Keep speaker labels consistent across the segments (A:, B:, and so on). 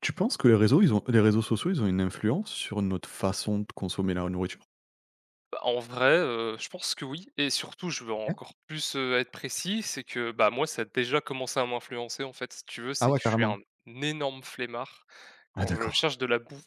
A: Tu penses que les réseaux, ils ont les réseaux sociaux, ils ont une influence sur notre façon de consommer la nourriture?
B: Bah, en vrai, je pense que oui et surtout je veux
A: OK.
B: encore plus, être précis, c'est que, bah, moi ça a déjà commencé à m'influencer en fait, si tu veux,
A: Ah
B: c'est
A: ouais,
B: que je suis un
A: carrément.
B: énorme flemmard
A: Ah
B: quand je
A: d'accord.
B: cherche de la bouffe,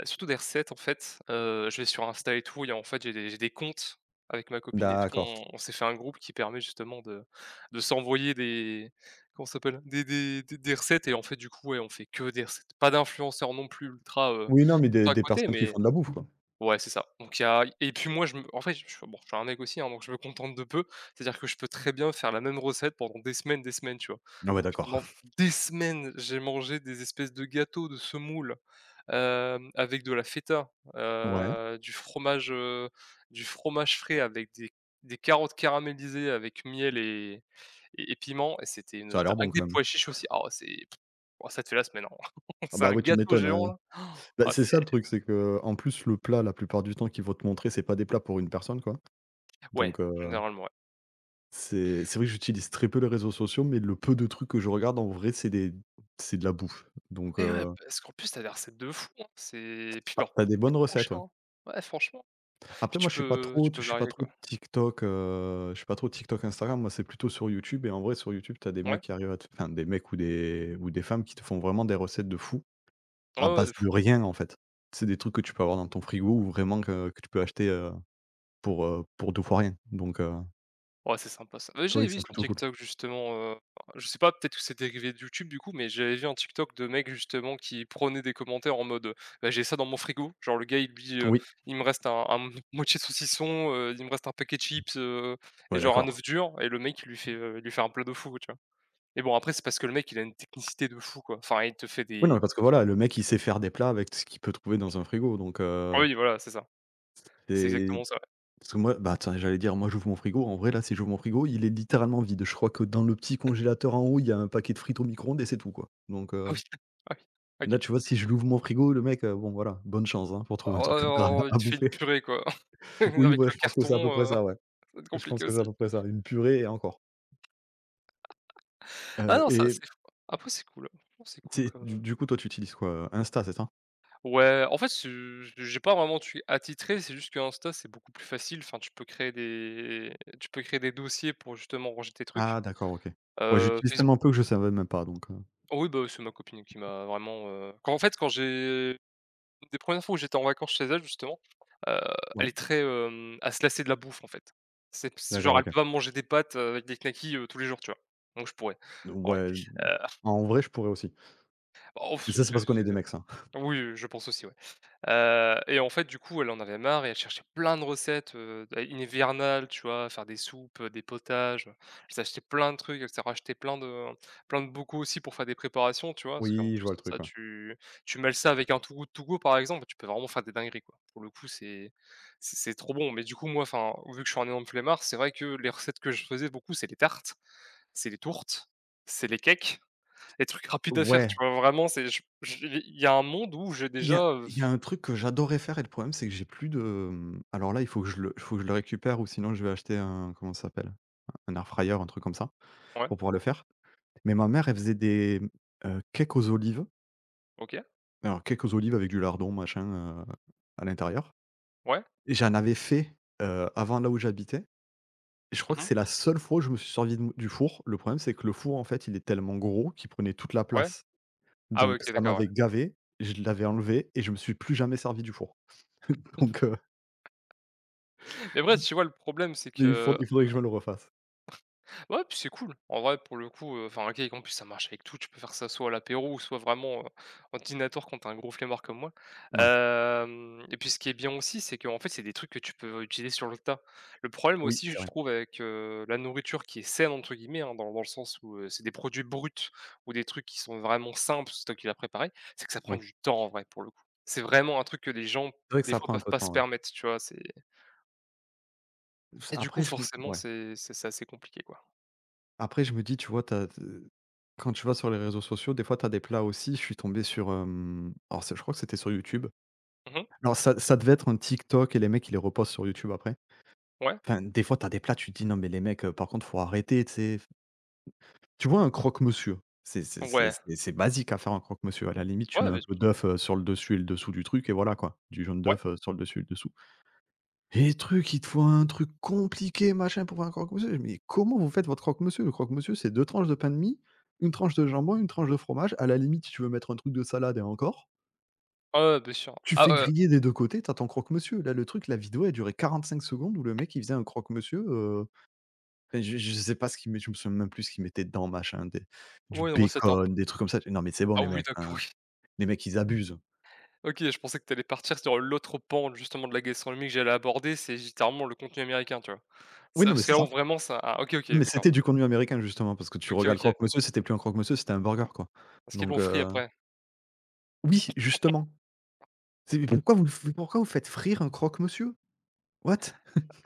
B: surtout des recettes en fait, je vais sur Insta et tout et en fait j'ai des comptes avec ma copine et tout,
A: D'accord.
B: on s'est fait un groupe qui permet justement de s'envoyer des comment ça s'appelle? Des recettes et en fait du coup, ouais, on fait que des recettes. Pas d'influenceurs non plus ultra, heu,
A: Oui, non, mais des
B: ultra
A: des
B: cotés
A: personnes qui
B: mais
A: font de la bouffe, quoi.
B: ouais, c'est ça. Donc il y a et puis moi, je me en fait, je suis bon, je suis un mec aussi, hein, donc je me contente de peu. C'est-à-dire que je peux très bien faire la même recette pendant des semaines, tu vois?
A: Ah ouais,
B: Donc
A: d'accord.
B: pendant des semaines, j'ai mangé des espèces de gâteaux de semoule, avec de la feta,
A: Ouais.
B: du fromage frais avec des carottes caramélisées avec miel et et piment et c'était une
A: Ça a
B: din
A: l'air bon
B: avec des
A: quand même.
B: pois chiches aussi. Ah ouais, c'est oh ça te fait la semaine, hein.
A: Ah
B: C'est
A: bah
B: un
A: ouais, tu
B: gâteau
A: m'étonnes,
B: géant
A: hein.
B: là.
A: Bah,
B: Ah
A: c'est ça
B: c'est
A: le truc, c'est que en plus le plat, la plupart du temps qu'ils vont te montrer, c'est pas des plats pour une personne, quoi.
B: Ouais,
A: Donc
B: généralement.
A: c'est vrai que j'utilise très peu les réseaux sociaux, mais le peu de trucs que je regarde en vrai, c'est de la bouffe. Donc
B: Et ouais, parce qu'en plus tu as des recettes de fou, hein. C'est Puis bon,
A: tu as des bonnes
B: coûte
A: recettes,
B: cher,
A: ouais.
B: hein. Ouais, franchement. Puis
A: Après
B: tu
A: moi
B: peux tu peux varier, quoi.
A: je suis pas trop TikTok, Instagram, moi c'est plutôt sur YouTube et en vrai sur YouTube t'as des
B: Ouais.
A: mecs qui arrivent à te enfin des mecs ou des femmes qui te font vraiment des recettes de fou
B: Ouais,
A: à
B: ouais,
A: base
B: de fou.
A: de rien en fait. C'est des trucs que tu peux avoir dans ton frigo ou vraiment que tu peux acheter, pour 2 fois rien donc
B: Ouais, c'est sympa ça. Bah,
A: c'est vrai
B: j'avais
A: que
B: vu
A: c'est
B: sur
A: plutôt cool.
B: TikTok justement, je sais pas, peut-être que c'est dérivé de YouTube du coup, mais j'avais vu un TikTok de mec justement qui prenait des commentaires en mode, Bah, j'ai ça dans mon frigo ». Genre le gars il dit,
A: Oui,
B: Il me reste un moitié de saucisson, il me reste un paquet de chips, et
A: ouais
B: genre un
A: d'accord.
B: œuf dur » et le mec il lui fait un plat de fou, tu vois? Mais bon après c'est parce que le mec il a une technicité de fou, quoi. Enfin il te fait
A: Oui, non
B: des
A: mais parce que voilà, le mec il sait faire des plats avec ce qu'il peut trouver dans un frigo donc
B: Ah oui voilà, c'est ça. C'est
A: c'est.
B: exactement ça, ouais.
A: Parce que moi, bah, tiens, j'allais dire, moi, j'ouvre mon frigo. En vrai, là, si j'ouvre mon frigo, il est littéralement vide. Je crois que dans le petit congélateur en haut, il y a un paquet de frites au micro-ondes et c'est tout, quoi. Donc,
B: Ah oui, ah oui, OK.
A: là, tu vois, si je l'ouvre mon frigo, le mec, bon, voilà, bonne chance, hein, pour trouver un truc à
B: Oh, il
A: à
B: te fait une
A: bouffer.
B: purée, quoi,
A: Oui,
B: avec
A: ouais,
B: le
A: je pense que c'est à peu près
B: carton,
A: ça, ouais.
B: ça va être
A: Je pense
B: compliqué
A: que c'est à
B: aussi.
A: peu près ça, une purée et encore.
B: Ah
A: Heu,
B: non, ça
A: et
B: c'est fou. Après c'est cool, hein, franchement c'est cool
A: tu
B: comme,
A: du coup, toi, tu utilises quoi, Insta, c'est ça?
B: ouais, en fait, ce j'ai pas vraiment de truc attitré, c'est juste qu'Insta, c'est beaucoup plus facile. Enfin, tu peux créer des dossiers pour justement ranger tes trucs.
A: Ah d'accord, OK. Ouais, j'utilise
B: Facebook
A: tellement peu que je savais même pas donc.
B: Oh oui, bah, c'est ma copine qui m'a vraiment, quand en fait, quand j'ai des premières fois où j'étais en vacances chez elle justement, heu, elle
A: Ouais.
B: est très, à se lasser de la bouffe en fait. C'est
A: D'accord,
B: genre elle
A: OK.
B: peut pas manger des pâtes, avec des knackis, tous les jours, tu vois? Donc je pourrais, ouais.
A: Ouais,
B: Heu,
A: en vrai, je pourrais aussi.
B: bah, oh,
A: Mais ça, c'est parce qu'on est des
B: c'est
A: mecs, ça.
B: oui, je pense aussi, ouais. Et en fait, du coup, elle en avait marre et elle cherchait plein de recettes, hivernales, tu vois? Faire des soupes, des potages, elle s'achetait plein de trucs, elle s'est racheté plein de bocaux aussi pour faire des préparations, tu vois? Parce qu'en
A: Oui, je vois
B: plus
A: le
B: de
A: truc,
B: ça,
A: ouais.
B: tu mêles ça avec un Too Good To Go, par exemple, tu peux vraiment faire des dingueries, quoi. Pour le coup, c'est trop bon, mais du coup, moi, enfin, vu que je suis un énorme flemmard, c'est vrai que les recettes que je faisais beaucoup, c'est les tartes, c'est les tourtes, c'est les cakes, les trucs rapides à faire,
A: Ouais,
B: tu vois? Vraiment, c'est je il y a un monde où j'ai
A: il y a
B: déjà,
A: il y a un truc que j'adorais faire et le problème, c'est que j'ai plus de, alors là, il faut que je le récupère ou sinon je vais acheter un comment ça s'appelle? Un air fryer, un truc comme ça,
B: ouais,
A: pour pouvoir le faire. Mais ma mère, elle faisait des, cakes aux olives,
B: OK.
A: alors cakes aux olives avec du lardon, machin, à l'intérieur.
B: Ouais.
A: Et j'en avais fait, avant là où j'habitais et je crois que
B: Mmh.
A: c'est la seule fois où je me suis servi de du four. Le problème, c'est que le four, en fait, il est tellement gros qu'il prenait toute la
B: Ouais.
A: place.
B: Ah ouais,
A: Donc
B: OK,
A: ça
B: d'accord, ouais.
A: m'avait gavé, je l'avais enlevé et je me suis plus jamais servi du four. Donc
B: Mais bref tu vois, le problème, c'est
A: mais il faut
B: que
A: il faudrait que je me le refasse.
B: ouais, puis c'est cool. En vrai, pour le coup, enfin, OK, en plus, ça marche avec tout. Tu peux faire ça soit à l'apéro ou soit vraiment, en dînatoire quand t'es un gros flemmard comme moi.
A: Ouais,
B: Hem Et puis, ce qui est bien aussi, c'est qu'en fait, c'est des trucs que tu peux utiliser sur le tas. Le problème
A: oui,
B: aussi,
A: c'est
B: je
A: vrai.
B: trouve, avec, la nourriture qui est « saine » entre guillemets, hein, dans le sens où, c'est des produits bruts ou des trucs qui sont vraiment simples, c'est toi qui l'as préparé, c'est que ça prend
A: Oui.
B: du temps, en vrai, pour le coup. C'est vraiment un truc que les gens,
A: C'est vrai que
B: des
A: ça
B: fois,
A: prend un
B: peuvent
A: peu de
B: pas se
A: temps, ouais.
B: permettre, tu vois? C'est Et du coup,
A: après je me
B: forcément,
A: ouais,
B: c'est assez compliqué, quoi.
A: après je me dis, tu vois, tu quand tu vas sur les réseaux sociaux, des fois, tu as des plats aussi. Je suis tombé sur, alors c'est je crois que c'était sur YouTube.
B: Mmh.
A: Alors ça devait être un TikTok et les mecs, ils les repostent sur YouTube après.
B: Ouais.
A: Enfin, des fois, t'as des plats, tu te dis: «Non mais les mecs, par contre, faut arrêter», tu sais? Tu vois un croque-monsieur? C'est c'est c'est
B: Ouais.
A: c'est c'est basique à faire un croque-monsieur. À la limite, tu
B: Ouais,
A: mets un
B: bien su
A: peu d'œuf, sur le dessus et le dessous du truc et voilà quoi. Du jaune
B: ouais.
A: d'œuf, sur le dessus et le dessous. Et truc, il te faut un truc compliqué, machin, pour faire un croque-monsieur. Mais comment vous faites votre croque-monsieur? Le croque-monsieur, c'est 2 tranches de pain de mie, une tranche de jambon, une tranche de fromage. À la limite, si tu veux mettre un truc de salade et encore.
B: Ouais, ouais, bien sûr.
A: Tu
B: Ah,
A: fais griller des 2 côtés. T'as ton croque-monsieur. Là, le truc, la vidéo, elle durait 5 secondes où le mec, il faisait un croque-monsieur, enfin, je sais pas ce qu'ils met je me souviens même plus ce qu'ils mettaient dedans, machin, des du
B: ouais, une recette imp
A: bacon, des trucs comme ça. Non, mais c'est bon
B: ah
A: les
B: oui,
A: mecs,
B: d'accord,
A: hein,
B: oui.
A: les mecs ils abusent.
B: OK, je pensais que t'allais partir sur l'autre pan, justement, de la gastronomie que j'allais aborder, c'est littéralement le contenu américain, tu vois?
A: Oui,
B: Ça
A: non, mais
B: parce que
A: c'est
B: là, on
A: ça.
B: vraiment ça ah OK, OK,
A: Non, mais
B: d'accord.
A: c'était du contenu américain justement parce que tu
B: OK,
A: regardes
B: OK.
A: Croque-Monsieur, c'était plus un Croque-Monsieur, c'était un burger, quoi.
B: Parce qu'ils l'ont
A: Donc
B: frit après?
A: oui, justement. C'est mais pourquoi vous le f pourquoi vous faites frire un Croque-Monsieur? What?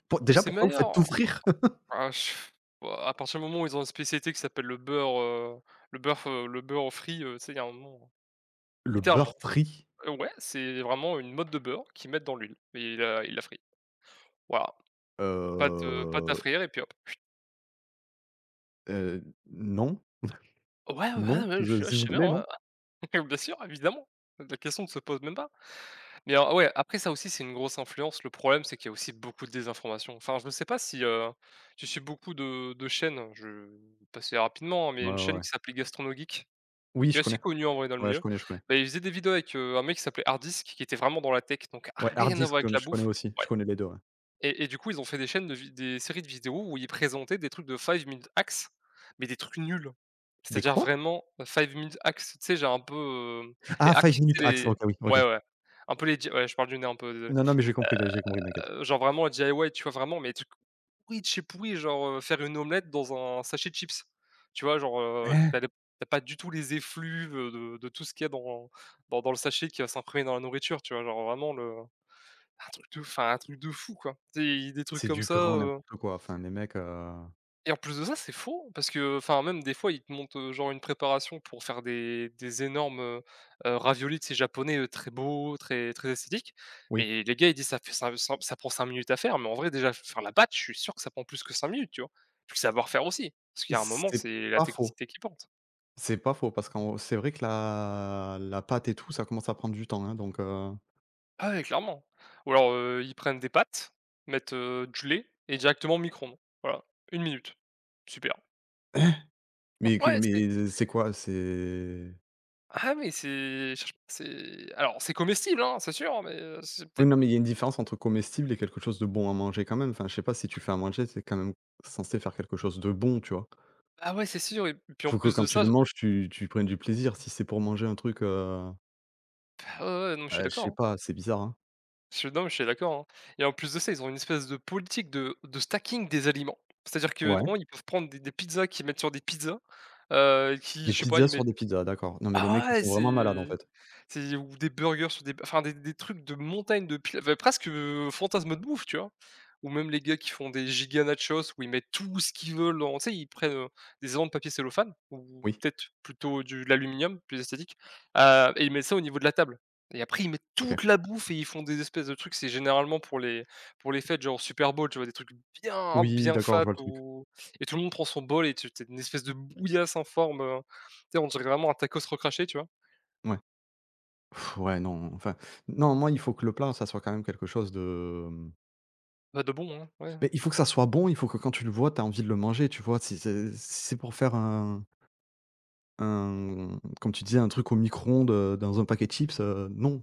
A: Pour
B: Que
A: déjà
B: c'est
A: pourquoi vous faites
B: meilleur?
A: tout frire?
B: Ah, je- bah, à partir du moment où ils ont une spécialité qui s'appelle le beurre f le beurre frit, tu sais, il y a un moment
A: Le
B: littéralement.
A: beurre frit,
B: Ouais, c'est vraiment une mode de beurre qu'ils mettent dans l'huile et ils la voilà, pâte à
A: heu
B: frire et puis hop.
A: non,
B: Ouais, ouais,
A: non,
B: ouais, je
A: s
B: suis là, je
A: s'il vous
B: suis bien,
A: plaît, non.
B: ouais. Bien sûr, évidemment. La question ne se pose même pas. Mais alors ouais, après ça aussi, c'est une grosse influence. Le problème, c'est qu'il y a aussi beaucoup de désinformation. Enfin, je ne sais pas si, tu suis beaucoup de chaînes, je vais passer rapidement, hein, mais il y
A: Ouais,
B: a une
A: ouais,
B: chaîne
A: ouais.
B: qui s'appelait GastronoGeek, qui
A: Oui,
B: est
A: je
B: assez
A: connais.
B: connue en vrai dans le
A: Ouais, je
B: milieu.
A: connais, je connais.
B: Bah, il faisait des vidéos avec, un mec qui s'appelait Hardisk, qui était vraiment dans la tech, donc
A: Ouais,
B: rien à
A: Hardee's,
B: voir avec
A: je
B: la
A: je connais
B: bouffe.
A: aussi, je connais les deux.
B: Et du coup, ils ont fait des chaînes de vid des séries de vidéos où ils présentaient des trucs de five minute hacks, mais des trucs nuls.
A: Des
B: C'est-à-dire
A: quoi?
B: vraiment five minute hacks, tu sais, j'ai un peu, les
A: Ah,
B: hacks,
A: five
B: tu sais,
A: minutes axe.
B: les
A: OK, oui,
B: ouais,
A: OK.
B: ouais, un peu les di ouais, je parle du nez un peu, désolé.
A: Non, non, mais j'ai compris, t'inquiète.
B: Genre vraiment le DIY, tu vois? Vraiment, mais des trucs pourris de chez pourri, genre, faire une omelette dans un sachet de chips. Tu vois? Genre, que tu
A: Eh,
B: les tu pas du tout les effluves, de tout ce qu'il y a dans dans le sachet qui va s'imprimer dans la nourriture, tu vois? Genre vraiment le un truc de fou, quoi. Des trucs
A: c'est
B: comme
A: du
B: ça,
A: grand n'importe quoi, enfin les mecs,
B: et en plus de ça, c'est faux parce que, enfin, même des fois, ils te montrent, genre une préparation pour faire des énormes, raviolis, tu sais, japonais, très beaux, très très esthétiques.
A: oui,
B: Mais les gars, ils disent : « «Ça fait ça ça ça prend 5 minutes à faire », mais en vrai, déjà, faire la batch, je suis sûr que ça prend plus que 5 minutes, tu vois? Puis le savoir-faire aussi, parce qu'il y a un moment,
A: c'est
B: c'est la
A: pas faux,
B: technicité qui porte.
A: c'est pas faux parce qu'en c'est vrai que la pâte et tout, ça commence à prendre du temps, hein, donc.
B: Ah ouais, clairement. Ou alors, ils prennent des pâtes, mettent, du lait et directement au micro-ondes. Voilà, 1 minute. Super.
A: Mais que
B: Ouais, c'est
A: mais c'est quoi? C'est
B: Ah oui, c'est je c'est alors c'est comestible, hein, c'est sûr, mais c'est
A: Oui,
B: peut-être
A: non, mais il y a une différence entre comestible et quelque chose de bon à manger quand même. Enfin, je sais pas, si tu fais à manger, c'est quand même censé faire quelque chose de bon, tu vois?
B: ah ouais, c'est sûr et puis en
A: Faut que
B: plus
A: quand
B: de
A: tu
B: ça,
A: le manges, tu prennes du plaisir. Si c'est pour manger un truc,
B: ah ouais, ouais, non, mais je suis
A: bah, je sais
B: d'accord, hein.
A: pas, c'est bizarre, hein.
B: Je suis Non, mais je suis d'accord, hein et en plus de ça, ils ont une espèce de politique de stacking des aliments. C'est-à-dire que
A: Ouais.
B: vraiment, ils peuvent prendre des pizzas qu'ils mettent sur des pizzas, qui
A: Des
B: je sais pas,
A: pizzas
B: ils
A: sur
B: mettent
A: des pizzas, d'accord. Non mais les
B: ah
A: mecs, ils
B: ouais,
A: sont vraiment malades, en
B: c'est
A: fait.
B: C'est ou des burgers sur des enfin des trucs de montagne de pil enfin presque, fantasme de bouffe, tu vois? Ou même les gars qui font des giga nachos où ils mettent tout ce qu'ils veulent dans tu sais, ils prennent, des éléments de papier cellophane ou
A: Oui,
B: peut-être plutôt du de l'aluminium, plus esthétique, et ils mettent ça au niveau de la table et après ils mettent
A: OK.
B: toute la bouffe et ils font des espèces de trucs, c'est généralement pour les fêtes, genre Super Bowl, tu vois? Des trucs bien,
A: Oui,
B: bien
A: d'accord,
B: fat
A: je vois le truc.
B: ou et tout le monde prend son bol et tu une espèce de bouillasse informe, tu sais, on dirait vraiment un tacos recraché, tu vois?
A: Ouais. Ouais, non, enfin, non, moi, il faut que le plat, ça soit quand même quelque chose de, mmh,
B: Bah, de bon, hein, ouais.
A: Mais il faut que ça soit bon, il faut que quand tu le vois, tu aies envie de le manger, tu vois? Si c'est pour faire un comme tu disais, un truc au micro-ondes, dans un paquet de chips, non,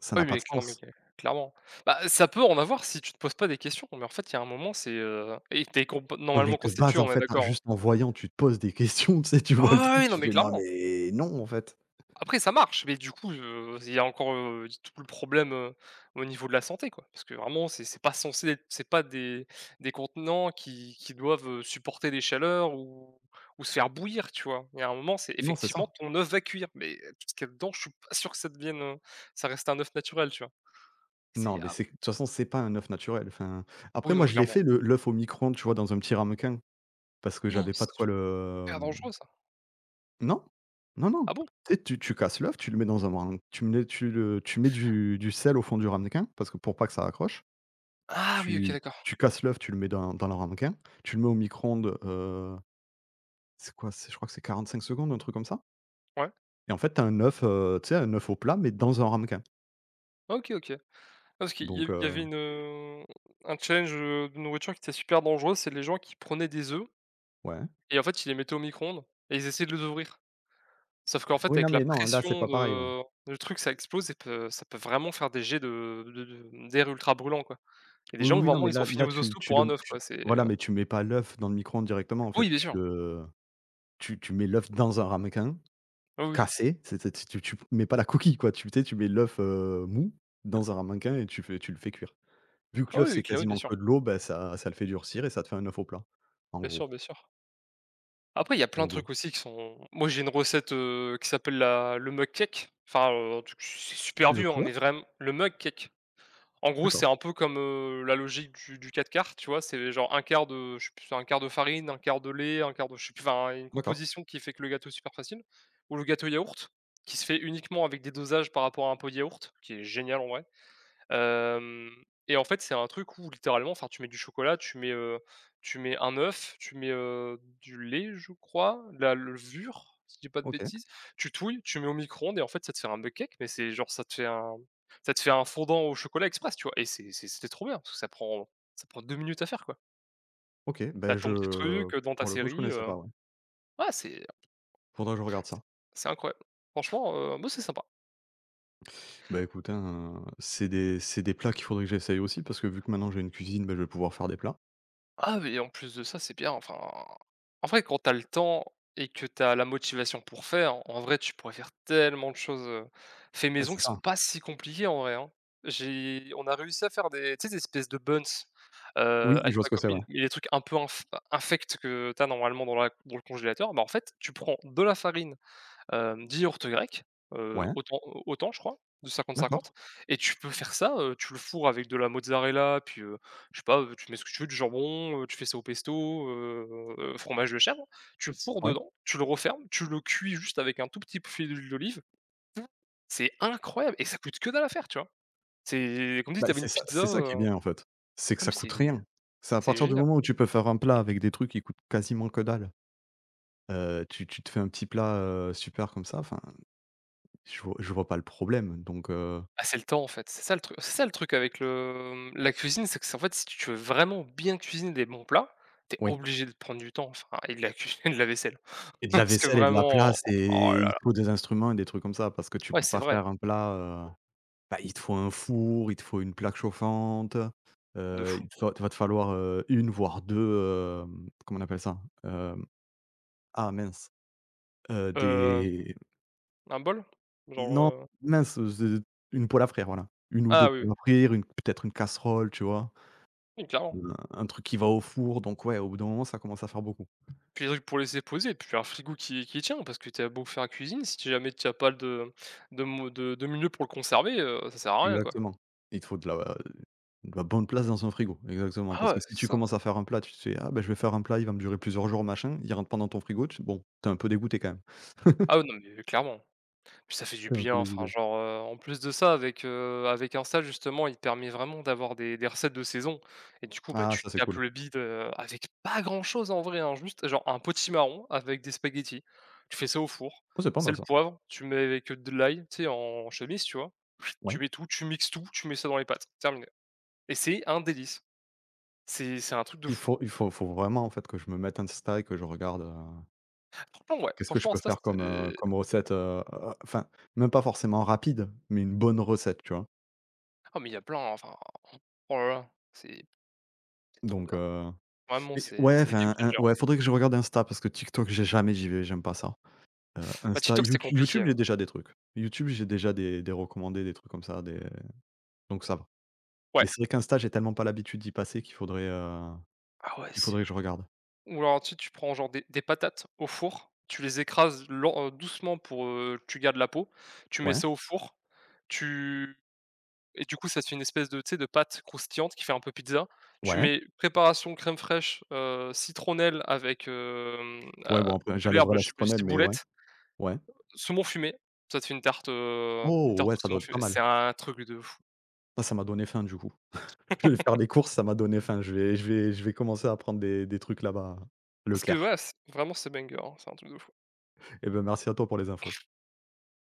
A: ça
B: Ah oui,
A: n'a pas de
B: mais
A: sens.
B: clairement. Bah, ça peut en avoir si tu te poses pas des questions, mais en fait, il y a un moment, et t'es comp
A: Ouais, mais
B: normalement
A: de
B: constitué,
A: base, en
B: on est
A: fait, hein,
B: d'accord, hein?
A: juste en voyant, tu te poses des questions, tu sais? Tu vois le
B: Ah oui,
A: truc,
B: oui, non,
A: tu
B: mais
A: fais: «Non
B: clairement.
A: mais non, en fait».
B: Après ça marche, mais du coup, il y a encore, tout le problème, au niveau de la santé, quoi. Parce que vraiment, c'est pas censé être c'est pas des contenants qui doivent, supporter des chaleurs ou se faire bouillir, tu vois? Il y a un moment, c'est
A: Non, c'est
B: effectivement
A: ça.
B: ton œuf va cuire, mais tout ce qu'il y a dedans, je suis pas sûr que ça reste un œuf naturel, tu vois?
A: Non,
B: C'est
A: mais
B: Ah
A: c'est de toute façon, c'est pas un œuf naturel, enfin, après
B: oui, non,
A: moi
B: mais
A: je l'ai
B: clairement.
A: fait le l'œuf au micro-ondes, tu vois, dans un petit ramequin, parce que
B: Oh,
A: j'avais pas de quoi
B: super dangereux ça.
A: non, non, non.
B: Ah bon?
A: Tu sais, tu casses l'œuf, tu le mets dans un ramequin. Tu mets du sel au fond du ramequin, parce que pour pas que ça accroche,
B: Ah oui, OK,
A: tu
B: d'accord.
A: tu casses l'œuf, tu le mets dans le ramequin, tu le mets au micro-ondes, c'est quoi? C'est je crois que c'est 45 secondes, un truc comme ça
B: Ouais.
A: et en fait, t'as un œuf, tu sais, un œuf au plat, mais dans un ramequin,
B: OK, OK. Parce qu'il y
A: donc
B: il y avait un challenge, de nourriture qui était super dangereux, c'est les gens qui prenaient des œufs
A: ouais.
B: et en fait, ils les mettaient au micro-ondes et ils essayaient de les ouvrir. Sauf qu'en fait,
A: Oui, non,
B: avec la
A: mais non, là, c'est
B: pression
A: pas pareil, ouais.
B: de le truc, ça explose et peut ça peut vraiment faire des jets de d'air ultra brûlant, quoi. Et des
A: Oui, oui,
B: gens,
A: oui, non,
B: vraiment,
A: mais
B: ils ont
A: là
B: fini
A: là
B: aux
A: tu
B: hostos
A: tu
B: pour un
A: le
B: œuf,
A: tu
B: quoi.
A: voilà, mais tu mets pas l'œuf dans le micro-ondes directement en fait,
B: Oui, bien
A: tu
B: sûr.
A: le. Tu mets l'œuf dans un ramequin
B: Oui, oui.
A: cassé, c'est tu mets pas la coquille quoi, tu sais, tu mets l'œuf, mou dans un ramequin et tu le fais cuire. Vu que
B: Ah
A: l'œuf
B: oui,
A: c'est
B: oui, clairement, bien
A: quasiment
B: sûr.
A: que de l'eau, bah, ça le fait durcir et ça te fait un œuf au plat, en
B: Bien
A: gros,
B: sûr, bien sûr. Après, il y a plein de
A: donc
B: trucs
A: bon.
B: aussi qui sont moi, j'ai une recette, qui s'appelle la le mug cake. Enfin, un truc c'est super
A: Le
B: vieux, hein, mais
A: quoi?
B: vraiment le mug cake. En gros, c'est
A: D'accord,
B: un peu comme, la logique du 4 quarts, tu vois? C'est genre un quart de je sais plus, un quart de farine, un quart de lait, un quart de je sais plus, enfin, une
A: d'accord,
B: composition qui fait que le gâteau est super facile. Ou le gâteau yaourt, qui se fait uniquement avec des dosages par rapport à un pot de yaourt, qui est génial en vrai. Hem et en fait, c'est un truc où littéralement, enfin, tu mets du chocolat, tu mets un œuf, du lait, je crois, de la levure, si je dis pas de
A: OK,
B: bêtises, tu touilles, tu mets au micro-ondes et en fait, ça te fait un mug cake, mais c'est genre ça te fait un fondant au chocolat express, tu vois? Et c'était trop bien parce que ça prend 2 minutes à faire, quoi.
A: OK,
B: T'as
A: ben
B: ton petit
A: je
B: truc, dans ta
A: pour le coup, je
B: série,
A: connaissais pas, ouais.
B: ouais, c'est
A: Faudrait que je regarde ça.
B: c'est incroyable. Franchement, bah, c'est sympa.
A: Bah, écoute, hein, c'est des plats qu'il faudrait que j'essaye aussi parce que vu que maintenant j'ai une cuisine, bah, je vais pouvoir faire des plats.
B: Ah mais en plus de ça, c'est bien, enfin, en vrai, quand t'as le temps et que t'as la motivation pour faire, en vrai, tu pourrais faire tellement de choses, fait
A: Ah,
B: maison
A: c'est
B: qui sont
A: ça.
B: pas si compliquées en vrai, hein. J'ai on a réussi à faire des tu sais, des espèces de buns,
A: Oui, je
B: avec
A: vois
B: ma
A: ce que c'est,
B: copine,
A: ouais.
B: mais les trucs un peu infects que t'as normalement dans le congélateur, bah, en fait, tu prends de la farine 10 yaourts grecs, heu,
A: Ouais,
B: autant autant je crois, de 50-50
A: d'accord.
B: et tu peux faire ça, tu le fourres avec de la mozzarella puis, je sais pas, tu mets ce que tu veux, du jambon, tu fais ça au pesto, fromage de chèvre, tu le fourres
A: Ouais.
B: dedans, tu le refermes, tu le cuis juste avec un tout petit filet d'huile d'olive. C'est incroyable et ça coûte que dalle à faire, tu vois? C'est comme si
A: Bah,
B: t'avais une pizza,
A: c'est ça qui est bien, en fait. C'est que
B: ah mais
A: ça coûte
B: c'est
A: rien. C'est à
B: c'est
A: partir du
B: génial.
A: moment où tu peux faire un plat avec des trucs qui coûtent quasiment que dalle. Tu te fais un petit plat, super comme ça, enfin, je vois pas le problème, donc
B: Ah, c'est le temps, en fait. C'est ça le truc avec la cuisine, c'est que c'est en fait, si tu veux vraiment bien cuisiner des bons plats, t'es
A: oui
B: obligé de prendre du temps, enfin et de la cuisine de la vaisselle.
A: et de la
B: Parce que
A: vaisselle et de la
B: vraiment,
A: place
B: oh là
A: et il
B: là,
A: te faut des instruments et des trucs comme ça parce que tu
B: ouais,
A: peux
B: c'est
A: pas
B: vrai,
A: faire un plat, heu, bah, il te faut un four, il te faut une plaque chauffante,
B: de fou.
A: il te fa va te falloir, 1 voire 2. Comment on appelle ça? Hem, ah mince.
B: Heu,
A: Des
B: un bol? Genre,
A: non, mince, ze une poêle à frire, voilà. une ou 2
B: ah oui, oui,
A: poêles à frire, une peut-être une casserole, tu vois?
B: oui, clairement.
A: Heu, un truc qui va au four, donc ouais, au bout d'un moment, ça commence à faire beaucoup.
B: Puis des trucs pour laisser poser, puis un frigo qui tient, parce que tu as beau faire la cuisine, si tu jamais tu as pas de de mo de milieu pour le conserver, ça sert à rien, quoi.
A: Exactement. Il te faut de la bonne place dans un frigo, exactement, parce
B: Ah ouais,
A: que si
B: c'est
A: tu
B: ça.
A: commences à faire un plat, tu te fais: «Ah bah, je vais faire un plat, il va me durer plusieurs jours, machin», il rentre pas dans ton frigo, tu bon, tu es un peu dégoûté quand même.
B: Ah oui, non, mais clairement. Puis ça fait du
A: Tu es un
B: bien,
A: peu
B: enfin
A: dégoûté.
B: genre, en plus de ça avec Insta justement, il permet vraiment d'avoir des recettes de saison et du coup, bah,
A: Ah
B: tu
A: ça, c'est
B: tapes
A: cool.
B: le bide, avec pas grand chose en vrai, hein, juste genre un marron avec des spaghettis. Tu fais ça au four,
A: Oh, c'est pas
B: c'est
A: mal
B: le
A: ça.
B: poivre, tu mets avec de l'ail, tu sais, en chemise, tu vois? Tu
A: Ouais.
B: mets tout, tu mixes tout, tu mets ça dans les pâtes, terminé et c'est un délice. C'est un truc de
A: Il
B: fou.
A: faut il faut faut vraiment, en fait, que je me mette Insta et que je regarde.
B: Franchement, ouais,
A: Qu'est-ce que je
B: franchement
A: peux
B: Insta,
A: faire comme,
B: c'est
A: recette, enfin, même pas forcément rapide, mais une bonne recette, tu vois?
B: ah mais il y a plein, enfin, oh là là, c'est trop
A: Donc
B: bien.
A: heu,
B: Vraiment,
A: mais
B: c'est
A: ouais,
B: c'est game
A: enfin, un
B: changer.
A: ouais, faudrait que je regarde Insta parce que TikTok, j'y vais, j'aime pas ça.
B: Bah,
A: Insta,
B: TikTok, c'était compliqué,
A: YouTube,
B: hein.
A: j'ai déjà des trucs. YouTube, j'ai déjà des recommandés, des trucs comme ça, des donc ça va.
B: Ouais.
A: Mais c'est vrai qu'Insta, j'ai tellement pas l'habitude d'y passer
B: Ah ouais,
A: qu'il
B: c'est
A: faudrait que je regarde.
B: ou alors ensuite tu prends genre des patates au four, tu les écrases lent doucement pour, tu gardes la peau, tu mets
A: Ouais,
B: ça au four, tu et du coup ça te fait une espèce de, tu sais, de pâte croustillante qui fait un peu pizza. Tu
A: ouais,
B: mets préparation crème fraîche, citronnelle avec,
A: ouais,
B: heu,
A: bon après
B: de
A: j'enlèverai
B: l'herbe, je
A: la
B: sais plus,
A: citronnelle mais ouais,
B: ciboulette,
A: ouais.
B: saumon fumé, ça te fait une tarte, heu, une
A: Oh
B: tarte
A: ouais,
B: au
A: ça doit
B: saumon
A: être
B: fumé.
A: pas
B: C'est
A: mal.
B: un truc de fou.
A: Ah, ça m'a donné faim du coup. Je vais faire des courses, ça m'a donné faim. Je vais commencer à prendre des trucs là-bas,
B: Parce que
A: Leclerc.
B: voilà, c'est banger, hein, c'est un truc de fou.
A: Et ben, merci à toi pour les infos.